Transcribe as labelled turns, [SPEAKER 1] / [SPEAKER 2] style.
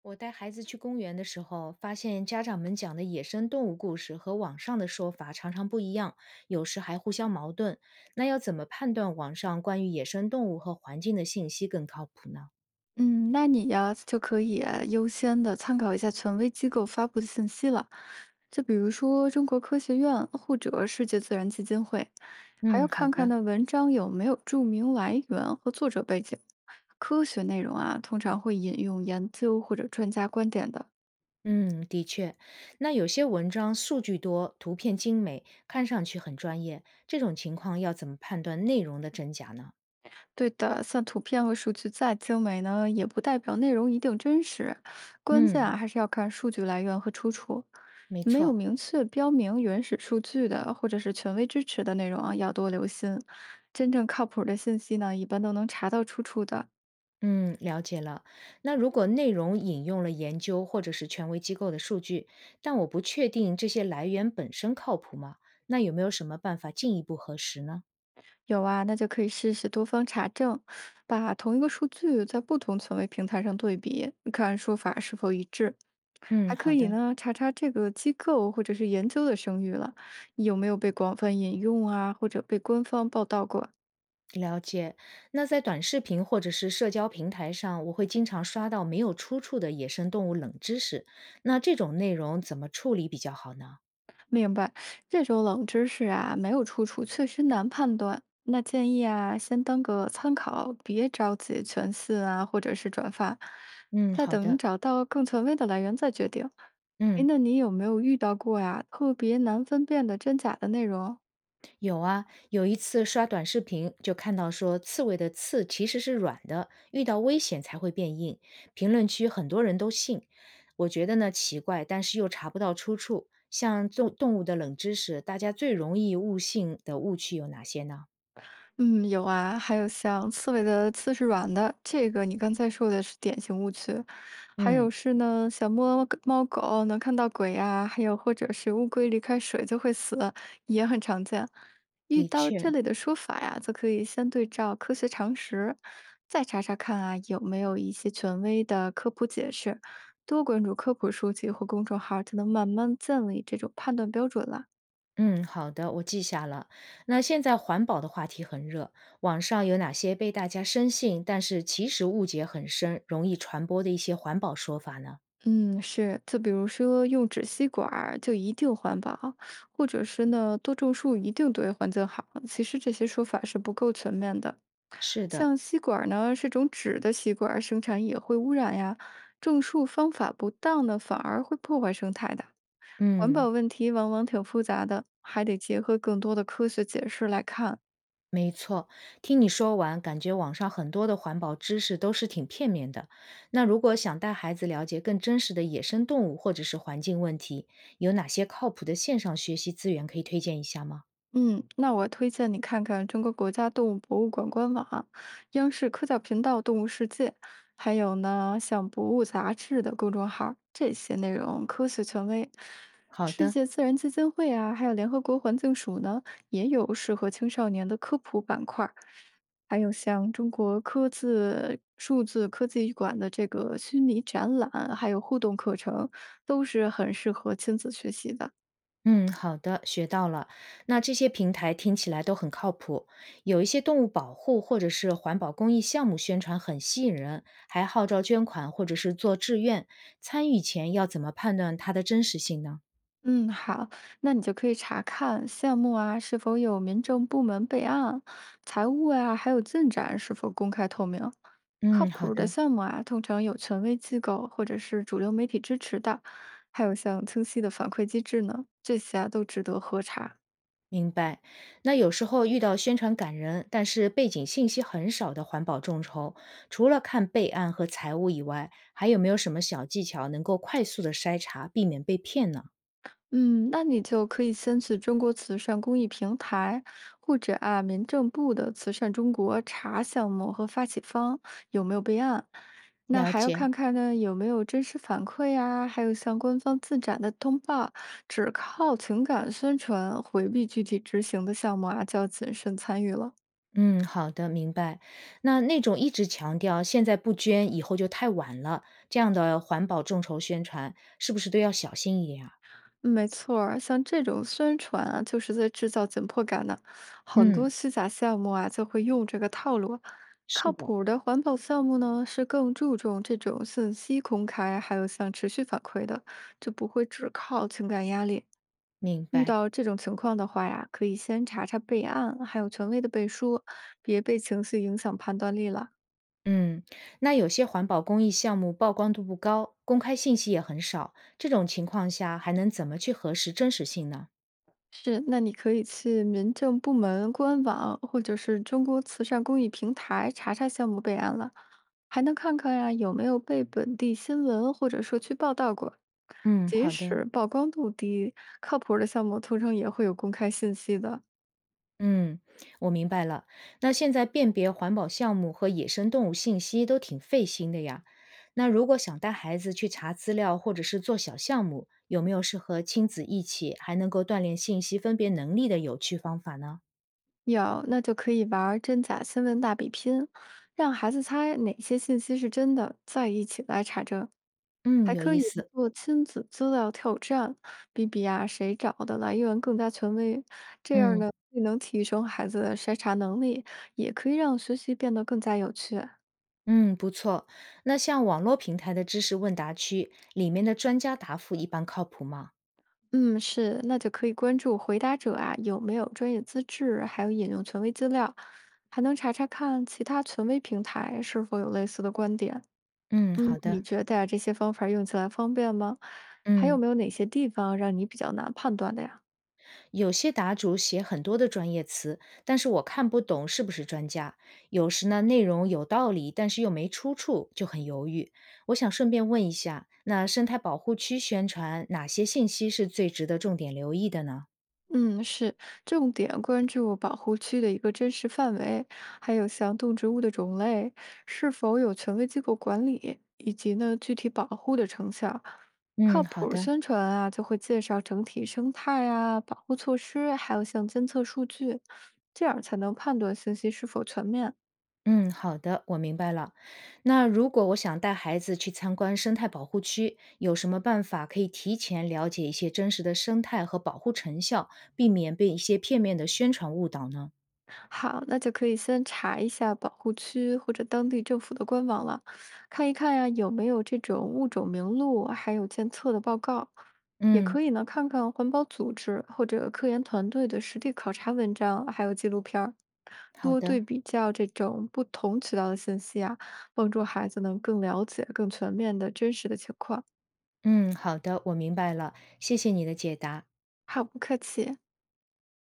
[SPEAKER 1] 我带孩子去公园的时候，发现家长们讲的野生动物故事和网上的说法常常不一样，有时还互相矛盾。那要怎么判断网上关于野生动物和环境的信息更靠谱呢？
[SPEAKER 2] 嗯，那你呀就可以啊优先的参考一下权威机构发布的信息了，就比如说中国科学院或者世界自然基金会，还
[SPEAKER 1] 嗯，
[SPEAKER 2] 要
[SPEAKER 1] 好
[SPEAKER 2] 看看
[SPEAKER 1] 的。
[SPEAKER 2] 那文章有没有注明来源和作者背景。科学内容啊，通常会引用研究或者专家观点的。
[SPEAKER 1] 嗯，的确，那有些文章数据多，图片精美，看上去很专业，这种情况要怎么判断内容的真假呢？
[SPEAKER 2] 对的，像图片和数据再精美呢，也不代表内容一定真实。关键
[SPEAKER 1] 嗯，
[SPEAKER 2] 啊，还是要看数据来源和出处。
[SPEAKER 1] 没
[SPEAKER 2] 没有
[SPEAKER 1] 错。
[SPEAKER 2] 明确标明原始数据的，或者是权威支持的内容啊，要多留心。真正靠谱的信息呢，一般都能查到出处的。
[SPEAKER 1] 嗯，了解了。那如果内容引用了研究或者是权威机构的数据，但我不确定这些来源本身靠谱吗？那有没有什么办法进一步核实呢？
[SPEAKER 2] 有啊，那就可以试试多方查证，把同一个数据在不同权威平台上对比，看说法是否一致。
[SPEAKER 1] 嗯，
[SPEAKER 2] 还可
[SPEAKER 1] 好
[SPEAKER 2] 以
[SPEAKER 1] 的，
[SPEAKER 2] 呢，查查这个机构或者是研究的声誉了，有没有被广泛引用啊，或者被官方报道过。
[SPEAKER 1] 了解。那在短视频或者是社交平台上，我会经常刷到没有出处的野生动物冷知识，那这种内容怎么处理比较好呢？
[SPEAKER 2] 明白，这种冷知识啊，没有出处，确实难判断。那建议啊，先当个参考，别着急全信啊，或者是转发，
[SPEAKER 1] 嗯，
[SPEAKER 2] 再
[SPEAKER 1] 好
[SPEAKER 2] 等
[SPEAKER 1] 的，
[SPEAKER 2] 找到更权威的来源再决定。诶，
[SPEAKER 1] 嗯。
[SPEAKER 2] 那你有没有遇到过呀，特别难分辨的真假的内容？
[SPEAKER 1] 有啊，有一次刷短视频就看到说刺猬的刺其实是软的，遇到危险才会变硬。评论区很多人都信，我觉得呢奇怪，但是又查不到出处。像动物的冷知识，大家最容易误信的误区有哪些呢？
[SPEAKER 2] 嗯，有啊，还有像刺猬的刺是软的，这个你刚才说的是典型误区。还有
[SPEAKER 1] 嗯，
[SPEAKER 2] 是呢，想摸狗猫狗能看到鬼啊，还有或者是乌龟离开水就会死，也很常见。遇
[SPEAKER 1] 的
[SPEAKER 2] 到
[SPEAKER 1] 确，
[SPEAKER 2] 这类的说法呀，则可以先对照科学常识，再查查看啊有没有一些权威的科普解释，多关注科普书籍或公众号儿，就能慢慢建立这种判断标准了。
[SPEAKER 1] 嗯，好的，我记下了。那现在环保的话题很热，网上有哪些被大家深信，但是其实误解很深，容易传播的一些环保说法呢？
[SPEAKER 2] 嗯，是，就比如说用纸吸管儿就一定环保，或者是呢多种树一定对环境好，其实这些说法是不够全面的。
[SPEAKER 1] 是的，
[SPEAKER 2] 像吸管儿呢，是种纸的吸管儿生产也会污染呀，种树方法不当呢，反而会破坏生态的。环
[SPEAKER 1] 嗯。
[SPEAKER 2] 保问题往往挺复杂的，还得结合更多的科学解释来看。
[SPEAKER 1] 没错，听你说完，感觉网上很多的环保知识都是挺片面的。那如果想带孩子了解更真实的野生动物或者是环境问题，有哪些靠谱的线上学习资源可以推荐一下吗？
[SPEAKER 2] 嗯，那我推荐你看看中国国家动物博物馆官网、央视科教频道《动物世界》，还有呢像《博物》杂志的公众号儿这些内容科学权威。
[SPEAKER 1] 好
[SPEAKER 2] 世
[SPEAKER 1] 的，
[SPEAKER 2] 界自然基金会啊，还有联合国环境署呢，也有适合青少年的科普板块儿还有像中国科字数字科技馆的这个虚拟展览，还有互动课程，都是很适合亲子学习的。
[SPEAKER 1] 嗯，好的，学到了。那这些平台听起来都很靠谱，有一些动物保护或者是环保公益项目宣传很吸引人，还号召捐款或者是做志愿。参与前要怎么判断它的真实性呢？
[SPEAKER 2] 嗯，好，那你就可以查看项目啊是否有民政部门备案，财务啊还有进展是否公开透明。靠
[SPEAKER 1] 嗯，
[SPEAKER 2] 谱
[SPEAKER 1] 好
[SPEAKER 2] 儿的
[SPEAKER 1] 的。
[SPEAKER 2] 项目啊，通常有权威机构或者是主流媒体支持的，还有像清晰的反馈机制呢，这些啊都值得核查。
[SPEAKER 1] 明白，那有时候遇到宣传感人，但是背景信息很少的环保众筹，除了看备案和财务以外，还有没有什么小技巧能够快速的筛查，避免被骗呢？
[SPEAKER 2] 嗯，那你就可以先去中国慈善公益平台，或者啊民政部的慈善中国查项目和发起方有没有备案。那
[SPEAKER 1] 了
[SPEAKER 2] 还要
[SPEAKER 1] 解，
[SPEAKER 2] 看看呢有没有真实反馈呀，还有向官方自展的通报，只靠情感宣传，回避具体执行的项目啊，就要谨慎参与了。
[SPEAKER 1] 嗯，好的，明白。那那种一直强调现在不捐，以后就太晚了，这样的环保众筹宣传，是不是都要小心一点啊？
[SPEAKER 2] 没错儿，像这种宣传啊，就是在制造紧迫感呢。很多
[SPEAKER 1] 嗯，
[SPEAKER 2] 虚假项目啊，就会用这个套路。
[SPEAKER 1] 是
[SPEAKER 2] 靠
[SPEAKER 1] 的，
[SPEAKER 2] 谱儿的环保项目呢，是更注重这种信息公开，还有像持续反馈的，就不会只靠情感压力。
[SPEAKER 1] 明
[SPEAKER 2] 遇
[SPEAKER 1] 白。
[SPEAKER 2] 到这种情况的话呀，可以先查查备案，还有权威的背书，别被情绪影响判断力了。
[SPEAKER 1] 嗯，那有些环保公益项目曝光度不高，公开信息也很少，这种情况下还能怎么去核实真实性呢？
[SPEAKER 2] 是，那你可以去民政部门官网或者是中国慈善公益平台查查项目备案了，还能看看呀有没有被本地新闻或者社区报道过。
[SPEAKER 1] 嗯，
[SPEAKER 2] 即
[SPEAKER 1] 好的，
[SPEAKER 2] 使曝光度低，靠谱儿的项目通常也会有公开信息的。
[SPEAKER 1] 嗯，我明白了。那现在辨别环保项目和野生动物信息都挺费心的呀。那如果想带孩子去查资料或者是做小项目，有没有适合亲子一起还能够锻炼信息分别能力的有趣方法呢？
[SPEAKER 2] 有，那就可以玩儿真假新闻大比拼，让孩子猜哪些信息是真的，再一起来查证。
[SPEAKER 1] 嗯，
[SPEAKER 2] 还
[SPEAKER 1] 有
[SPEAKER 2] 可
[SPEAKER 1] 意
[SPEAKER 2] 以
[SPEAKER 1] 思。
[SPEAKER 2] 做亲子资料挑战，比比啊谁找的来源更加权威。这样
[SPEAKER 1] 嗯。
[SPEAKER 2] 呢，既能提升孩子的筛查能力，也可以让学习变得更加有趣。
[SPEAKER 1] 嗯，不错。那像网络平台的知识问答区里面的专家答复一般靠谱吗？
[SPEAKER 2] 嗯，是，那就可以关注回答者啊有没有专业资质，还有引用权威资料，还能查查看其他权威平台是否有类似的观点。
[SPEAKER 1] 嗯，
[SPEAKER 2] 嗯，
[SPEAKER 1] 好
[SPEAKER 2] 你
[SPEAKER 1] 的，
[SPEAKER 2] 觉得呀，这些方法用起来方便吗？还有
[SPEAKER 1] 嗯，
[SPEAKER 2] 没有哪些地方让你比较难判断的呀？
[SPEAKER 1] 有些答主写很多的专业词，但是我看不懂是不是专家。有时呢，内容有道理，但是又没出处，就很犹豫。我想顺便问一下，那生态保护区宣传哪些信息是最值得重点留意的呢？
[SPEAKER 2] 嗯，是重点关注保护区的一个真实范围，还有像动植物的种类是否有权威机构管理，以及呢具体保护的成效。靠
[SPEAKER 1] 嗯，好
[SPEAKER 2] 谱儿
[SPEAKER 1] 的。
[SPEAKER 2] 宣传啊，就会介绍整体生态啊、保护措施，还有像监测数据，这样才能判断信息是否全面。
[SPEAKER 1] 嗯，好的，我明白了。那如果我想带孩子去参观生态保护区，有什么办法可以提前了解一些真实的生态和保护成效，避免被一些片面的宣传误导呢？
[SPEAKER 2] 好，那就可以先查一下保护区或者当地政府的官网了，看一看呀、有没有这种物种名录，还有监测的报告。也
[SPEAKER 1] 嗯，
[SPEAKER 2] 可以呢，看看环保组织或者科研团队的实地考察文章，还有纪录片儿，
[SPEAKER 1] 好
[SPEAKER 2] 多
[SPEAKER 1] 的，
[SPEAKER 2] 对比较这种不同渠道的信息啊，帮助孩子能更了解、更全面的真实的情况。
[SPEAKER 1] 嗯，好的，我明白了，谢谢你的解答。
[SPEAKER 2] 好，不客气。